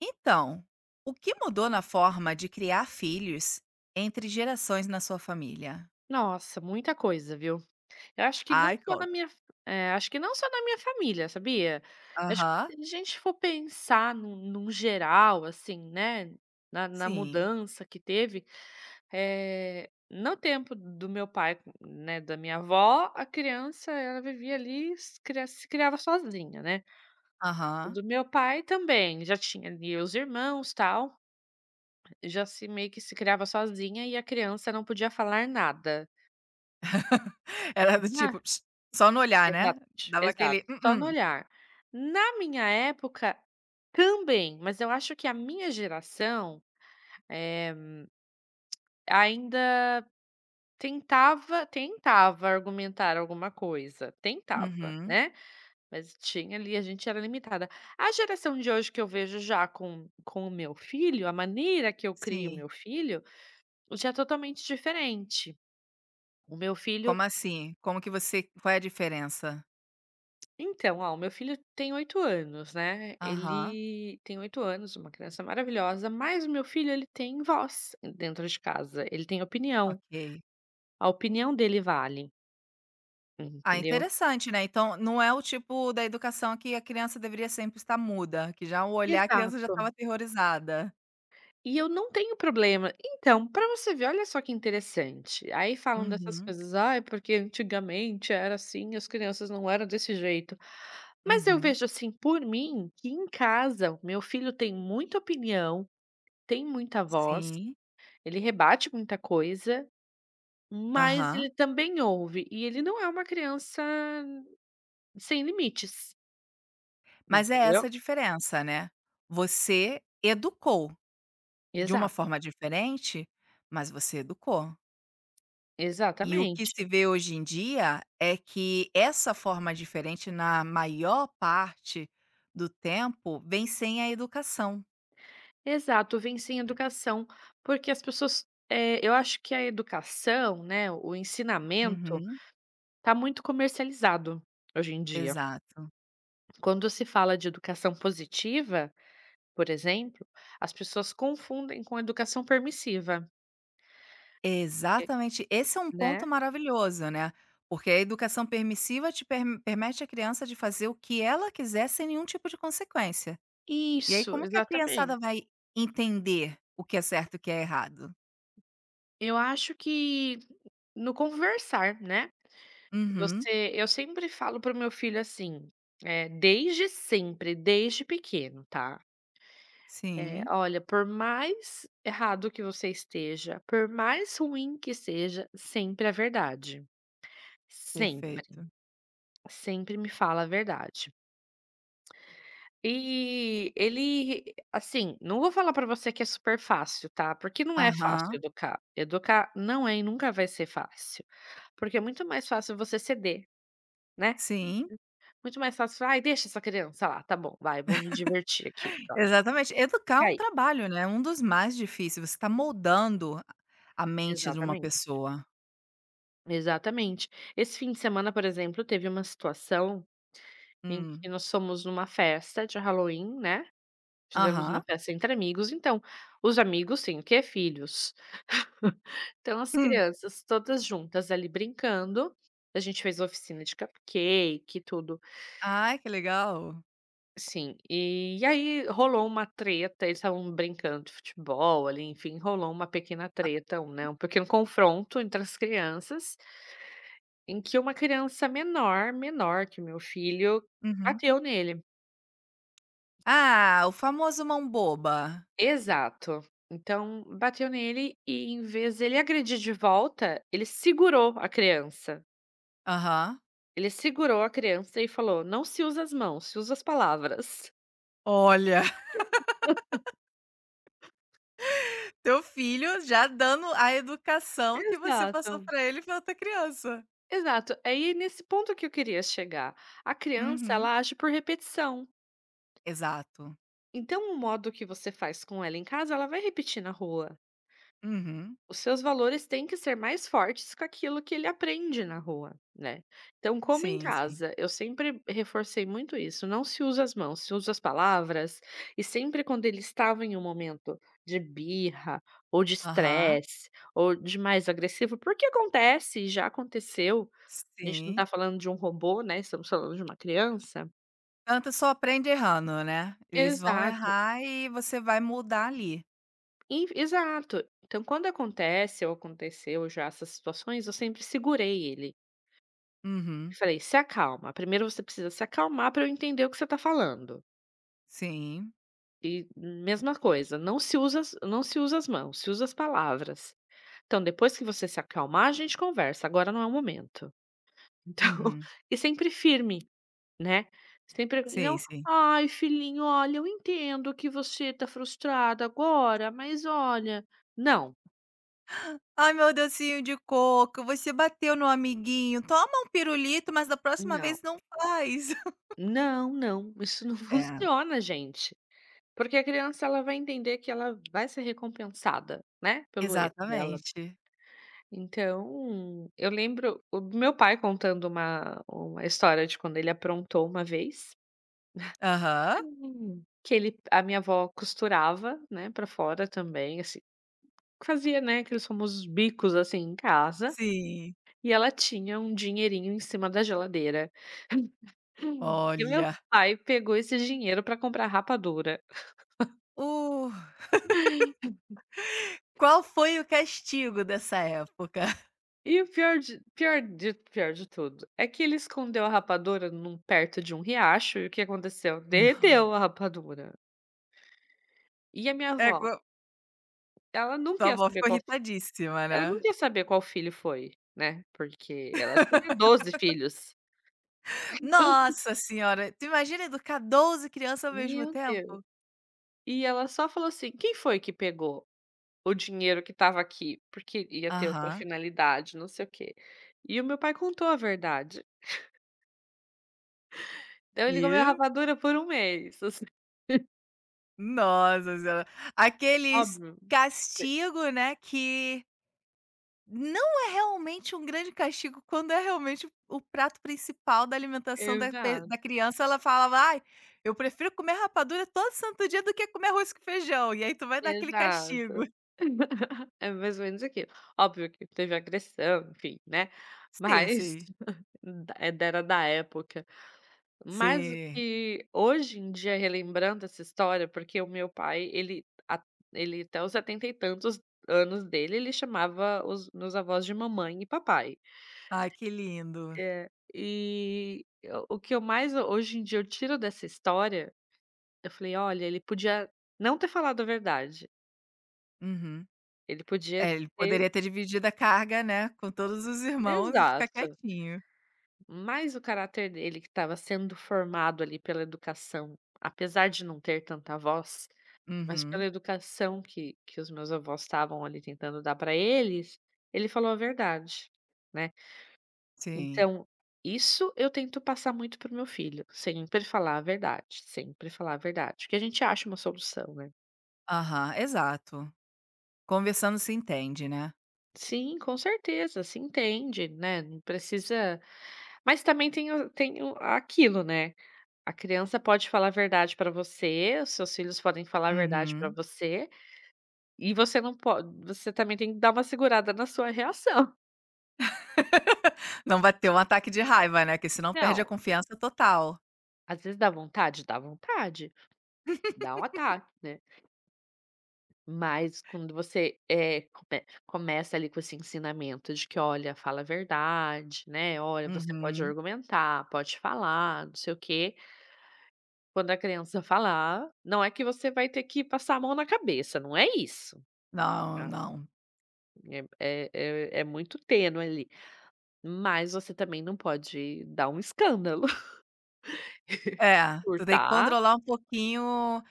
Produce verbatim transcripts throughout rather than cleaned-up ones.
Então, o que mudou na forma de criar filhos entre gerações na sua família? Nossa, muita coisa, viu. Eu acho que não Ai, só na conta. minha é, acho que não só na minha família, sabia. Acho Aham, que se a gente for pensar num num geral, assim, né, na na sim. mudança que teve, eh, no tempo do meu pai, né, da minha avó, a criança ela vivia ali, se cria se criava sozinha, né. Aham. Do meu pai também, já tinha ali os irmãos, tal, já se meio que se criava sozinha e a criança não podia falar nada. Era do tipo, Ah, "Ps", só no olhar, né? exato, Dava exato, aquele "hum, só no hum". olhar. Na minha época, também, mas eu acho que a minha geração, eh, ainda tentava tentava argumentar alguma coisa, tentava, Uhum, né, mas tinha ali a gente era limitada. A geração de hoje que eu vejo já com com o meu filho, a maneira que eu crio o sim. meu filho, já é totalmente diferente. O meu filho Como assim? Como que você Qual é a diferença? então, ó, o meu filho tem oito anos, né, Aham, ele tem oito anos, uma criança maravilhosa, mas o meu filho ele tem voz dentro de casa, ele tem opinião, ok. a opinião dele vale, Ah, entendeu? interessante, né, então não é o tipo da educação que a criança deveria sempre estar muda, que já ao olhar a criança já estava Exato. aterrorizada. E eu não tenho problema. Então, para você ver, olha só que interessante, aí falam dessas Uhum, coisas: "Ai, porque antigamente era assim, as crianças não eram desse jeito". Mas eu uhum. vejo, assim, por mim, que em casa o meu filho tem muita opinião, tem muita voz. Sim. Ele rebate muita coisa, mas Aham. ele também ouve, e ele não é uma criança sem limites, Mas é entendeu? essa a diferença, né. Você educou de uma Exato, forma diferente, mas você educou. E o que exatamente. se vê hoje em dia é que essa forma diferente, na maior parte do tempo, vem sem a educação. Exato, vem sem educação, porque as pessoas eh, eu acho que a educação, né, o ensinamento, Uhum. está muito comercializado hoje em dia. Exato. Quando se fala de educação positiva, por exemplo, as pessoas confundem com educação permissiva, eh, Exatamente. Esse é um né? ponto maravilhoso, né, porque a educação permissiva te perm permite à criança de fazer o que ela quiser sem nenhum tipo de consequência. E aí Isso, como que a criançada exatamente. vai entender o que é certo e o que é errado? Eu acho que no conversar, né, Uhum, você eu sempre falo para o meu filho assim, eh, desde sempre, desde pequeno, tá, eh, sim. "Olha, por mais errado que você esteja, por mais ruim que seja, sempre a verdade. Sempre, Perfeito. sempre me fala a verdade". E ele, assim, não vou falar pra você que é super fácil, tá, porque não é fácil Aham, educar. Educar não é e nunca vai ser fácil, porque é muito mais fácil você ceder, né. sim, Muito mais fácil: falar, "Ai, deixa essa criança lá, tá bom, vai, vou me divertir aqui, exatamente. Educar é fica um aí". trabalho, né, é um dos mais difíceis, você está moldando a mente de uma Exatamente, pessoa. exatamente. Esse fim de semana, por exemplo, teve uma situação em Hum. que nós fomos numa festa de Halloween, né, fizemos uma Aham. festa entre amigos, então, os amigos sim, o é filhos. Então as Hum. crianças todas juntas ali brincando, a gente fez oficina de cupcake e tudo, Ai, que legal. sim. E aí rolou uma treta, eles estavam brincando de futebol ali, enfim, rolou uma pequena treta, um, né, um pequeno confronto entre as crianças, em que uma criança menor, menor que o meu filho, Uhum. bateu nele. Ah, o famoso mão boba. Exato. Então bateu nele e em vez dele agredir de volta, ele segurou a criança. Aham. Ele segurou a criança e falou: "Não se usa as mãos, se usa as palavras". Olha, teu filho já dando a educação que você passou Exato, para ele, pra outra criança. exato. É Aí nesse ponto que eu queria chegar. A criança, Uhum, ela age por repetição. exato. Então o modo que você faz com ela em casa, ela vai repetir na rua. Uhum. Os seus valores têm que ser mais fortes com aquilo que ele aprende na rua, né. Então, como em Sim, sim. casa, eu sempre reforcei muito isso, não se usa as mãos, se usa as palavras, e sempre quando ele estava em um momento de birra, ou de Aham. estresse, ou de mais agressivo, porque acontece e já aconteceu, a gente não está Sim. falando de um robô, né, estamos falando de uma criança. Canto só aprende errando, né. Eles vão Exato, errar e você vai mudar ali. in exato. Então quando acontece ou aconteceu já essas situações, eu sempre segurei ele. Uhum. Eu falei: "Se acalma, primeiro você precisa se acalmar para eu entender o que você está falando". Sim. E mesma coisa, não se usa as não se usa as mãos, se usa as palavras. Então depois que você se acalmar, a gente conversa, agora não é o momento. Então Uhum. e sempre firme, né, sempre e Sim, não: sim. "Ai filhinho, olha, eu entendo que você está frustrada agora, mas olha", não, "Ai, meu docinho de coco, você bateu no amiguinho. Toma um pirulito, mas da próxima não, vez não faz". não, não, isso não É, funciona gente. Porque a criança ela vai entender que ela vai ser recompensada, né, pelo erro dela. exatamente. Então, eu lembro o meu pai contando uma uma história de quando ele aprontou uma vez, Aham. hum, que ele a minha avó costurava, né, para fora também, assim, fazia, né, aqueles famosos bicos, assim, em casa, Sim. e ela tinha um dinheirinho em cima da geladeira. Hum. E meu Olha. pai pegou esse dinheiro para comprar rapadura. Uh, Qual foi o castigo dessa época? E o pior de pior de pior de tudo, é que ele escondeu a rapadura num perto de um riacho e o que aconteceu? No Derreteu a rapadura. E a minha é, avó? co Ela nunca Tua ia avó saber ficou qual fi irritadíssima, Ela né? nunca ia saber qual filho foi, né, porque ela tinha doze filhos. Nossa senhora, tu imagina educar doze crianças ao mesmo Meu Deus. tempo? E ela só falou assim: "Quem foi que pegou o dinheiro que estava aqui?" Porque ia ter outra Aham. finalidade, não sei o quê. E o meu pai contou a verdade. Então ele comeu E? rapadura por um mês, assim, Nossa senhora. Aqueles óbvio. castigo, né, que não é realmente um grande castigo quando é realmente o prato principal da E alimentação da pe exato. da criança, ela falava: "Ai, eu prefiro comer rapadura todo santo dia do que comer arroz com feijão", e aí tu vai dar aquele Exato. castigo. É mais ou menos aquilo. Óbvio que teve agressão, enfim, né, Sim, mas sim. da eh, era da época. Mas o Sim. que hoje em dia, relembrando essa história porque o meu pai, ele a ele até os setenta e tantos anos dele, ele chamava os meus avós de mamãe e papai. Ai, que lindo. É, e o o que eu mais ho- hoje em dia eu tiro dessa história, eu falei: "Olha, ele podia não ter falado a verdade, Uhum. ele podia É, ele ter" poderia ter dividido a carga, né, com todos os irmãos e ficar exato. quietinho. Mas o caráter dele que estava sendo formado ali pela educação, apesar de não ter tanta voz, mas Uhum, pela educação que que os meus avós estavam ali tentando dar para eles, ele falou a verdade, né. sim. Então, isso eu tento passar muito pro meu filho, sempre falar a verdade, sempre falar a verdade, porque a gente acha uma solução, né. Aham, exato. Conversando se entende, né. Sim, com certeza, se entende, né, não precisa, mas também tem o tem o aquilo, né. A criança pode falar a verdade para você, os seus filhos podem falar a verdade para Uhum. você, e você não pode. Você também tem que dar uma segurada na sua reação. Não vai ter um ataque de raiva, né, que senão perde a Não, confiança total. às vezes dá vontade? Dá vontade, dá um ataque, né. Mas quando você, eh, come começa ali com esse ensinamento de que: "Olha, fala a verdade, né, olha, você pode Uhum. argumentar, pode falar, não sei o quê". Quando a criança falar, não é que você vai ter que passar a mão na cabeça, não é isso. Não, não. É é é é muito tênue ali, mas você também não pode dar um escândalo, É, tu tem que furtar controlar um pouquinho,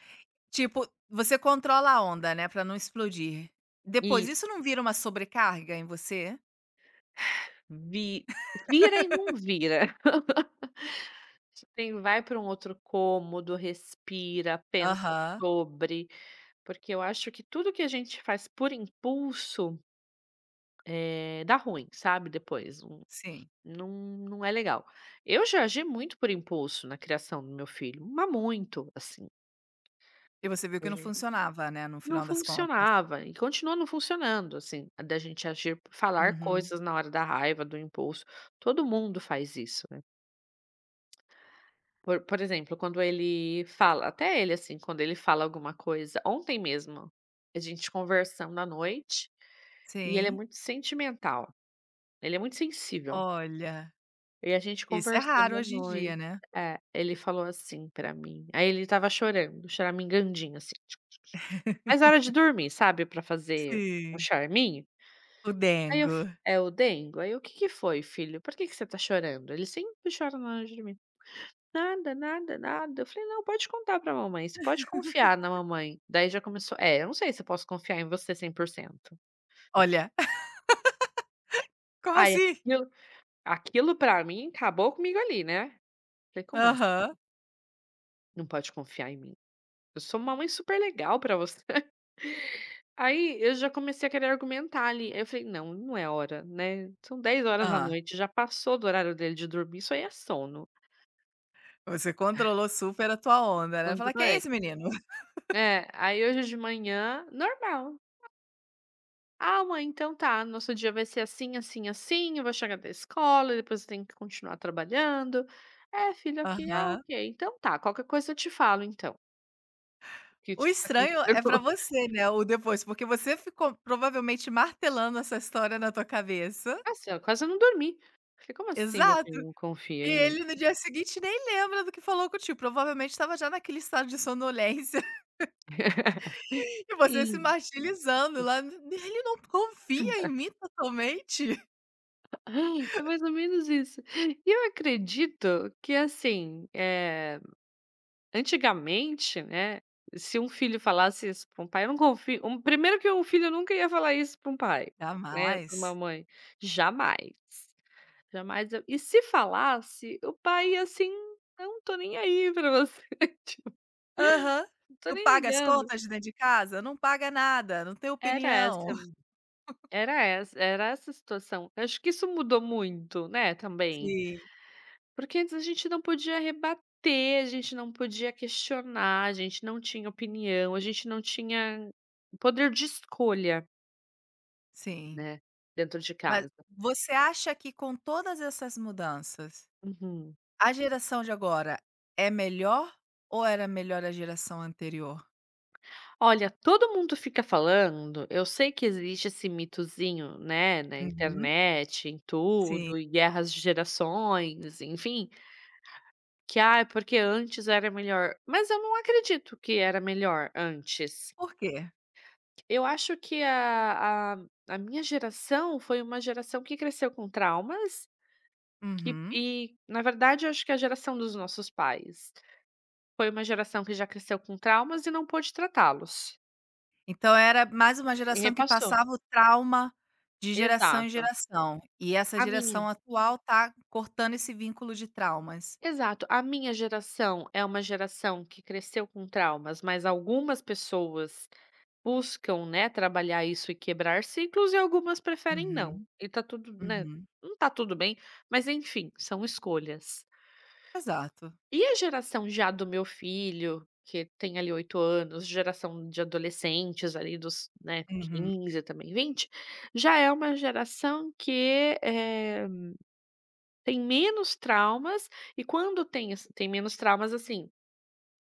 tipo, você controla a onda, né, pra não explodir. Depois, isso isso, não vira uma sobrecarga em você? vi vira e não vira. Tem, vai para um outro cômodo, respira, pensa Aham, sobre, porque eu acho que tudo que a gente faz por impulso, eh, dá ruim, sabe, depois, não sim. não não é legal. Eu já agi muito por impulso na criação do meu filho, mas muito, assim. E você viu que não funcionava, né, no Não final das contas. funcionava e continua não funcionando, assim, da gente agir falar Uhum. coisas na hora da raiva, do impulso. Todo mundo faz isso, né. Por por exemplo, quando ele fala até ele, assim, quando ele fala alguma coisa ontem mesmo, a gente conversando à noite, e ele é Sim. muito sentimental, ele é muito sensível, Olha, e a gente isso é raro conversando à hoje em dia, noite né? é, ele falou assim pra mim, aí ele estava chorando, choramingandinho assim, mas era hora de dormir, sabe, pra fazer um Sim, charminho. o Aí eu dengo. f é o dengo? Aí eu: "O que que foi, filho? Por que que você tá chorando?" Ele sempre chora na hora de mim. "Nada, nada, nada". Eu falei: "Não, pode contar pra mamãe, você pode confiar na mamãe". Daí já começou "É, eu não sei se eu posso confiar em você cem por cento. Olha. Como Aí assim? aquilo aquilo pra mim acabou comigo ali, né. Falei: "Como assim Aham. não pode confiar em mim? Eu sou uma mãe super legal pra você". Aí eu já comecei a querer argumentar ali, aí eu falei: "Não, não é hora, né, são dez horas da Ah. noite. Já passou do horário dele de dormir, isso aí é sono". Você controlou super a tua onda, né? Não Fala, "Que é esse menino?" É, aí hoje de manhã, normal. "Ah, mãe, então tá, nosso dia vai ser assim, assim, assim, eu vou chegar da escola, depois eu tenho que continuar trabalhando". "É, filho, aqui, "Ah, Aham. ok, então tá, qualquer coisa eu te falo então, que, O tipo, tá acontecendo". estranho é pra você, né, o depois, porque você ficou provavelmente martelando essa história na tua cabeça. Assim, eu quase não dormi. Falei: "Como assim meu Exato. filho não confia E em mim?". ele no dia seguinte nem lembra do que falou contigo, provavelmente estava já naquele estado de sonolência. E você se Sim. martirizando lá, "ele não confia em mim totalmente". É mais ou menos isso. E eu acredito que assim, eh antigamente, né, se um filho falasse isso para um pai, eu não confio um primeiro que um filho nunca ia falar isso para um pai, né, para uma Jamais. mãe. Jamais, jamais eu e se falasse, o pai ia assim: "Não tô nem aí para você", tipo, Aham. "não estou Tu nem paga as ligando". contas de dentro de casa? Não paga nada, não tem Era opinião. essa, era essa era essa situação. Eu acho que isso mudou muito, né, também. Sim, Porque antes a gente não podia rebater, a gente não podia questionar, a gente não tinha opinião, a gente não tinha poder de escolha, sim. né, dentro de Mas casa. você acha que com todas essas mudanças, Uhum. a geração de agora é melhor ou era melhor a geração anterior? Olha, todo mundo fica falando, eu sei que existe esse mitozinho, né, na Uhum, internet, em sim. tudo, e guerras de gerações, enfim, que ah, é porque antes era melhor. Mas eu não acredito que era melhor antes. Por quê? Eu acho que a a a minha geração foi uma geração que cresceu com traumas, que Uhum. e na verdade eu acho que a geração dos nossos pais foi uma geração que já cresceu com traumas e não pôde tratá-los, Então era mais uma e geração que repassou. passava o trauma de geração em Exato. geração, e essa A geração minha atual tá cortando esse vínculo de traumas. exato. A minha geração é uma geração que cresceu com traumas, mas algumas pessoas buscam, né, trabalhar isso e quebrar ciclos e algumas preferem não. Uhum, E tá tudo, né, uhum. não tá tudo bem, mas enfim, são escolhas. Exato. E a geração já do meu filho, que tem ali oito anos, geração de adolescentes ali dos, né, Uhum. quinze também vinte, já é uma geração que, eh, tem menos traumas e quando tem as tem menos traumas, assim,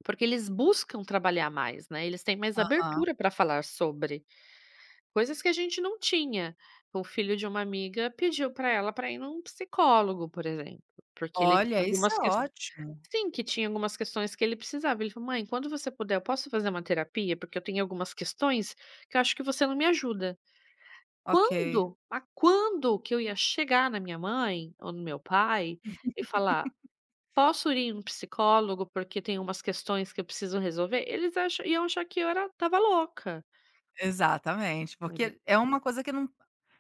porque eles buscam trabalhar mais, né, eles têm mais Aham. abertura para falar sobre coisas que a gente não tinha. O filho de uma amiga pediu para ela para ir num psicólogo, por exemplo, porque ele tinha Olha, isso algumas é ótimo. sim, que tinha algumas questões que ele precisava. Ele falou: "Mãe, quando você puder, eu posso fazer uma terapia? Porque eu tenho algumas questões que eu acho que você não me ajuda". Ok, Quando, a quando que eu ia chegar na minha mãe ou no meu pai e falar: "Posso ir em um psicólogo porque tem umas questões que eu preciso resolver?" Eles acham iam achar que eu era tava louca. exatamente, Enten porque é uma coisa que não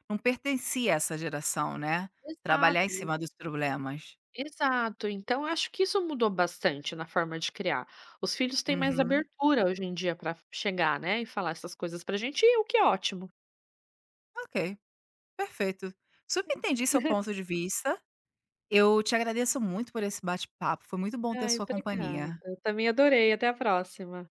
não pertencia a essa geração, né, trabalhar em Exato. cima dos problemas. Exato, então acho que isso mudou bastante na forma de criar. Os filhos têm mais Uhum. abertura hoje em dia para chegar, né, e falar essas coisas pra gente, e o que é ótimo. Ok, perfeito. Super entendi seu ponto de vista. Eu te agradeço muito por esse bate-papo, foi muito bom ter Ai, sua obrigada, companhia. eu também adorei, até a próxima.